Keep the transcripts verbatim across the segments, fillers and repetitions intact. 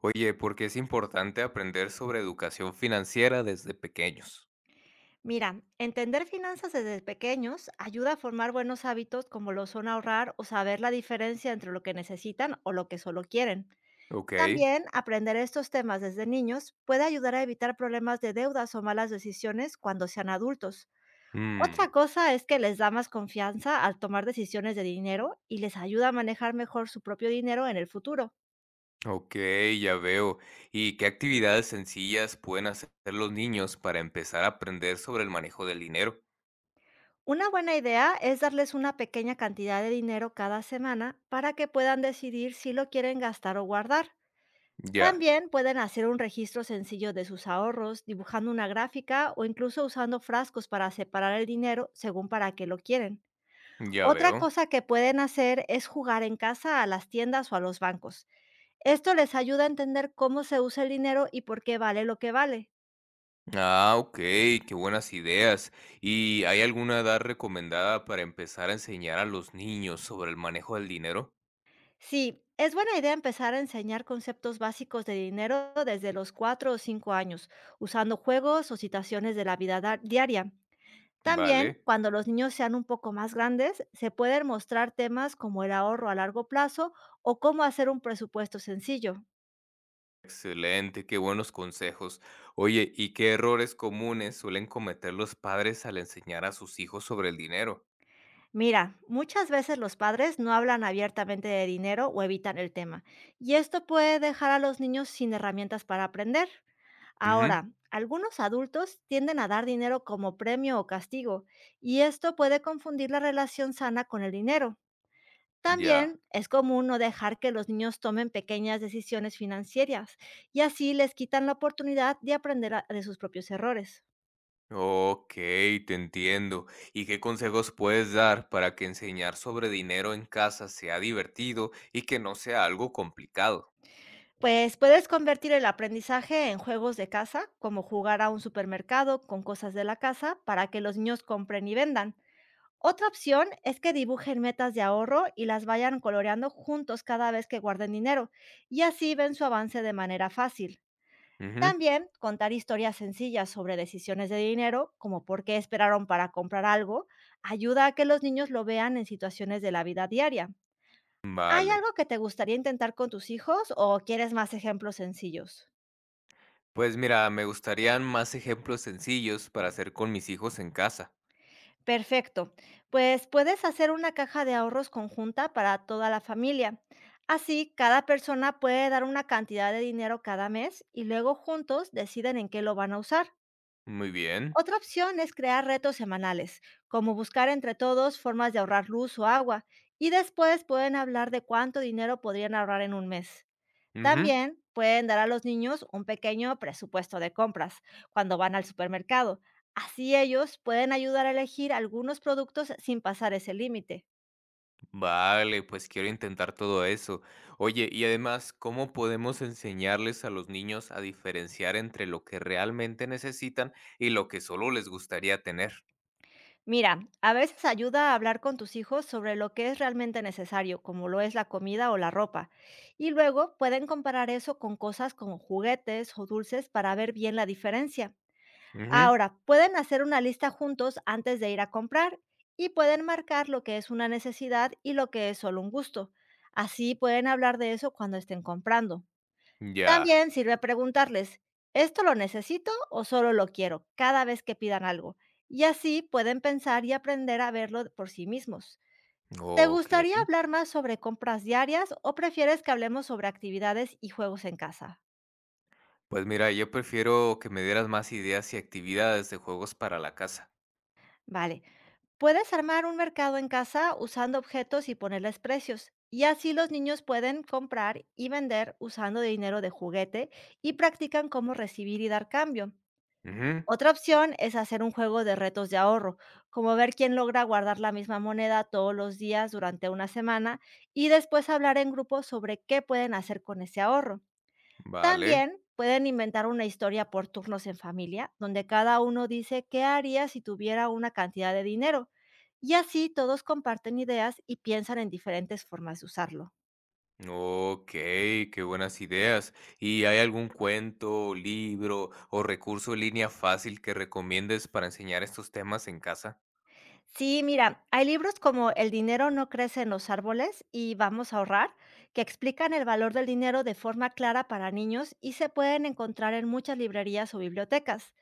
Oye, ¿por qué es importante aprender sobre educación financiera desde pequeños? Mira, entender finanzas desde pequeños ayuda a formar buenos hábitos como lo son ahorrar o saber la diferencia entre lo que necesitan o lo que solo quieren. Ok. También aprender estos temas desde niños puede ayudar a evitar problemas de deudas o malas decisiones cuando sean adultos. Mm, Otra cosa es que les da más confianza al tomar decisiones de dinero y les ayuda a manejar mejor su propio dinero en el futuro. ok, ya veo. ¿Y qué actividades sencillas pueden hacer los niños para empezar a aprender sobre el manejo del dinero? Una buena idea es darles una pequeña cantidad de dinero cada semana para que puedan decidir si lo quieren gastar o guardar. Ya, También pueden hacer un registro sencillo de sus ahorros, dibujando una gráfica o incluso usando frascos para separar el dinero según para qué lo quieren. ya Otra veo. cosa que pueden hacer es jugar en casa a las tiendas o a los bancos. Esto les ayuda a entender cómo se usa el dinero y por qué vale lo que vale. Ah, ok, qué buenas ideas. ¿Y hay alguna edad recomendada para empezar a enseñar a los niños sobre el manejo del dinero? Sí, es buena idea empezar a enseñar conceptos básicos de dinero desde los cuatro o cinco años, usando juegos o citaciones de la vida da- diaria. También, Vale. cuando los niños sean un poco más grandes, se pueden mostrar temas como el ahorro a largo plazo o cómo hacer un presupuesto sencillo. Excelente, qué buenos consejos. Oye, ¿y qué errores comunes suelen cometer los padres al enseñar a sus hijos sobre el dinero? Mira, muchas veces los padres no hablan abiertamente de dinero o evitan el tema, y esto puede dejar a los niños sin herramientas para aprender. Ujú, Ahora, algunos adultos tienden a dar dinero como premio o castigo, y esto puede confundir la relación sana con el dinero. ya. También es común no dejar que los niños tomen pequeñas decisiones financieras y así les quitan la oportunidad de aprender a- de sus propios errores. Ok, te entiendo. ¿Y qué consejos puedes dar para que enseñar sobre dinero en casa sea divertido y que no sea algo complicado? Pues puedes convertir el aprendizaje en juegos de casa, como jugar a un supermercado con cosas de la casa para que los niños compren y vendan. Otra opción es que dibujen metas de ahorro y las vayan coloreando juntos cada vez que guarden dinero, y así ven su avance de manera fácil. Ujú, También contar historias sencillas sobre decisiones de dinero, como por qué esperaron para comprar algo, ayuda a que los niños lo vean en situaciones de la vida diaria. ¿Hay vale. algo que te gustaría intentar con tus hijos o quieres más ejemplos sencillos? Pues mira, me gustarían más ejemplos sencillos para hacer con mis hijos en casa. Perfecto. Pues puedes hacer una caja de ahorros conjunta para toda la familia. Así, cada persona puede dar una cantidad de dinero cada mes y luego juntos deciden en qué lo van a usar. Muy bien. Otra opción es crear retos semanales, como buscar entre todos formas de ahorrar luz o agua, y después pueden hablar de cuánto dinero podrían ahorrar en un mes. Ujú. También pueden dar a los niños un pequeño presupuesto de compras cuando van al supermercado. Así ellos pueden ayudar a elegir algunos productos sin pasar ese límite. Vale, pues quiero intentar todo eso. Oye, y además, ¿cómo podemos enseñarles a los niños a diferenciar entre lo que realmente necesitan y lo que solo les gustaría tener? Mira, a veces ayuda a hablar con tus hijos sobre lo que es realmente necesario, como lo es la comida o la ropa, y luego pueden comparar eso con cosas como juguetes o dulces para ver bien la diferencia. Ujú, Ahora, pueden hacer una lista juntos antes de ir a comprar y pueden marcar lo que es una necesidad y lo que es solo un gusto. Así pueden hablar de eso cuando estén comprando. ya, También sirve preguntarles, ¿esto lo necesito o solo lo quiero? Cada vez que pidan algo. Y así pueden pensar y aprender a verlo por sí mismos. ¿Te ok. gustaría hablar más sobre compras diarias o prefieres que hablemos sobre actividades y juegos en casa? Pues mira, yo prefiero que me dieras más ideas y actividades de juegos para la casa. Vale, puedes armar un mercado en casa usando objetos y ponerles precios. Y así los niños pueden comprar y vender usando dinero de juguete y practican cómo recibir y dar cambio. Ujú, Otra opción es hacer un juego de retos de ahorro, como ver quién logra guardar la misma moneda todos los días durante una semana y después hablar en grupo sobre qué pueden hacer con ese ahorro. vale. También pueden inventar una historia por turnos en familia, donde cada uno dice qué haría si tuviera una cantidad de dinero. Y así todos comparten ideas y piensan en diferentes formas de usarlo. Ok, qué buenas ideas. ¿Y hay algún cuento, libro o recurso en línea fácil que recomiendes para enseñar estos temas en casa? Sí, mira, hay libros como El dinero no crece en los árboles y Vamos a ahorrar, que explican el valor del dinero de forma clara para niños y se pueden encontrar en muchas librerías o bibliotecas.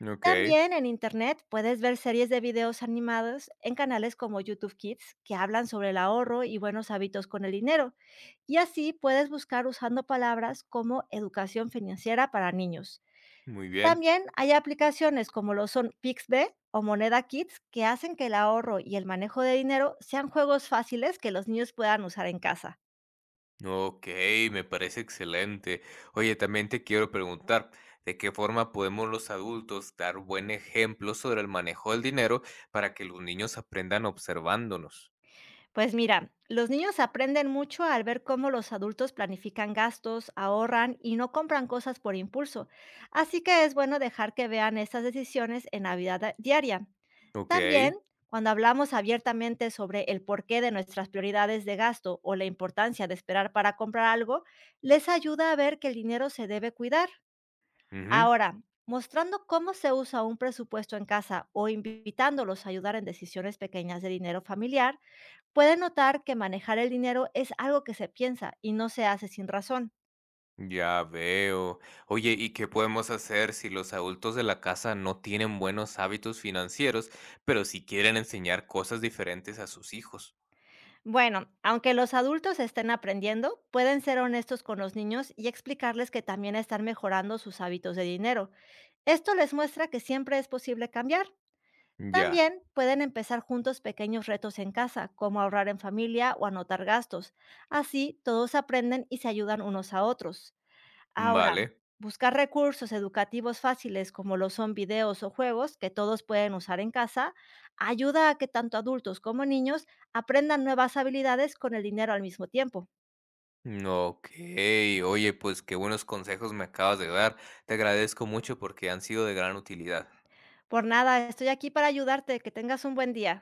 Okey, También en Internet puedes ver series de videos animados en canales como YouTube Kids que hablan sobre el ahorro y buenos hábitos con el dinero. Y así puedes buscar usando palabras como educación financiera para niños. muy bien. También hay aplicaciones como lo son Pixbe o Moneda Kids que hacen que el ahorro y el manejo de dinero sean juegos fáciles que los niños puedan usar en casa. Okey, me parece excelente. Oye, también te quiero preguntar, ¿de qué forma podemos los adultos dar buen ejemplo sobre el manejo del dinero para que los niños aprendan observándonos? Pues mira, los niños aprenden mucho al ver cómo los adultos planifican gastos, ahorran y no compran cosas por impulso. Así que es bueno dejar que vean estas decisiones en la vida da- diaria. Okey, También, cuando hablamos abiertamente sobre el porqué de nuestras prioridades de gasto o la importancia de esperar para comprar algo, les ayuda a ver que el dinero se debe cuidar. ujú, Ahora, mostrando cómo se usa un presupuesto en casa o invitándolos a ayudar en decisiones pequeñas de dinero familiar, puede notar que manejar el dinero es algo que se piensa y no se hace sin razón. ya veo. Oye, ¿y qué podemos hacer si los adultos de la casa no tienen buenos hábitos financieros, pero sí quieren enseñar cosas diferentes a sus hijos? Bueno, aunque los adultos estén aprendiendo, pueden ser honestos con los niños y explicarles que también están mejorando sus hábitos de dinero. Esto les muestra que siempre es posible cambiar. Ya, También pueden empezar juntos pequeños retos en casa, como ahorrar en familia o anotar gastos. Así todos aprenden y se ayudan unos a otros. Ahora, vale. buscar recursos educativos fáciles como lo son videos o juegos que todos pueden usar en casa ayuda a que tanto adultos como niños aprendan nuevas habilidades con el dinero al mismo tiempo. Okey. Oye, pues qué buenos consejos me acabas de dar. Te agradezco mucho porque han sido de gran utilidad. Por nada, estoy aquí para ayudarte. Que tengas un buen día.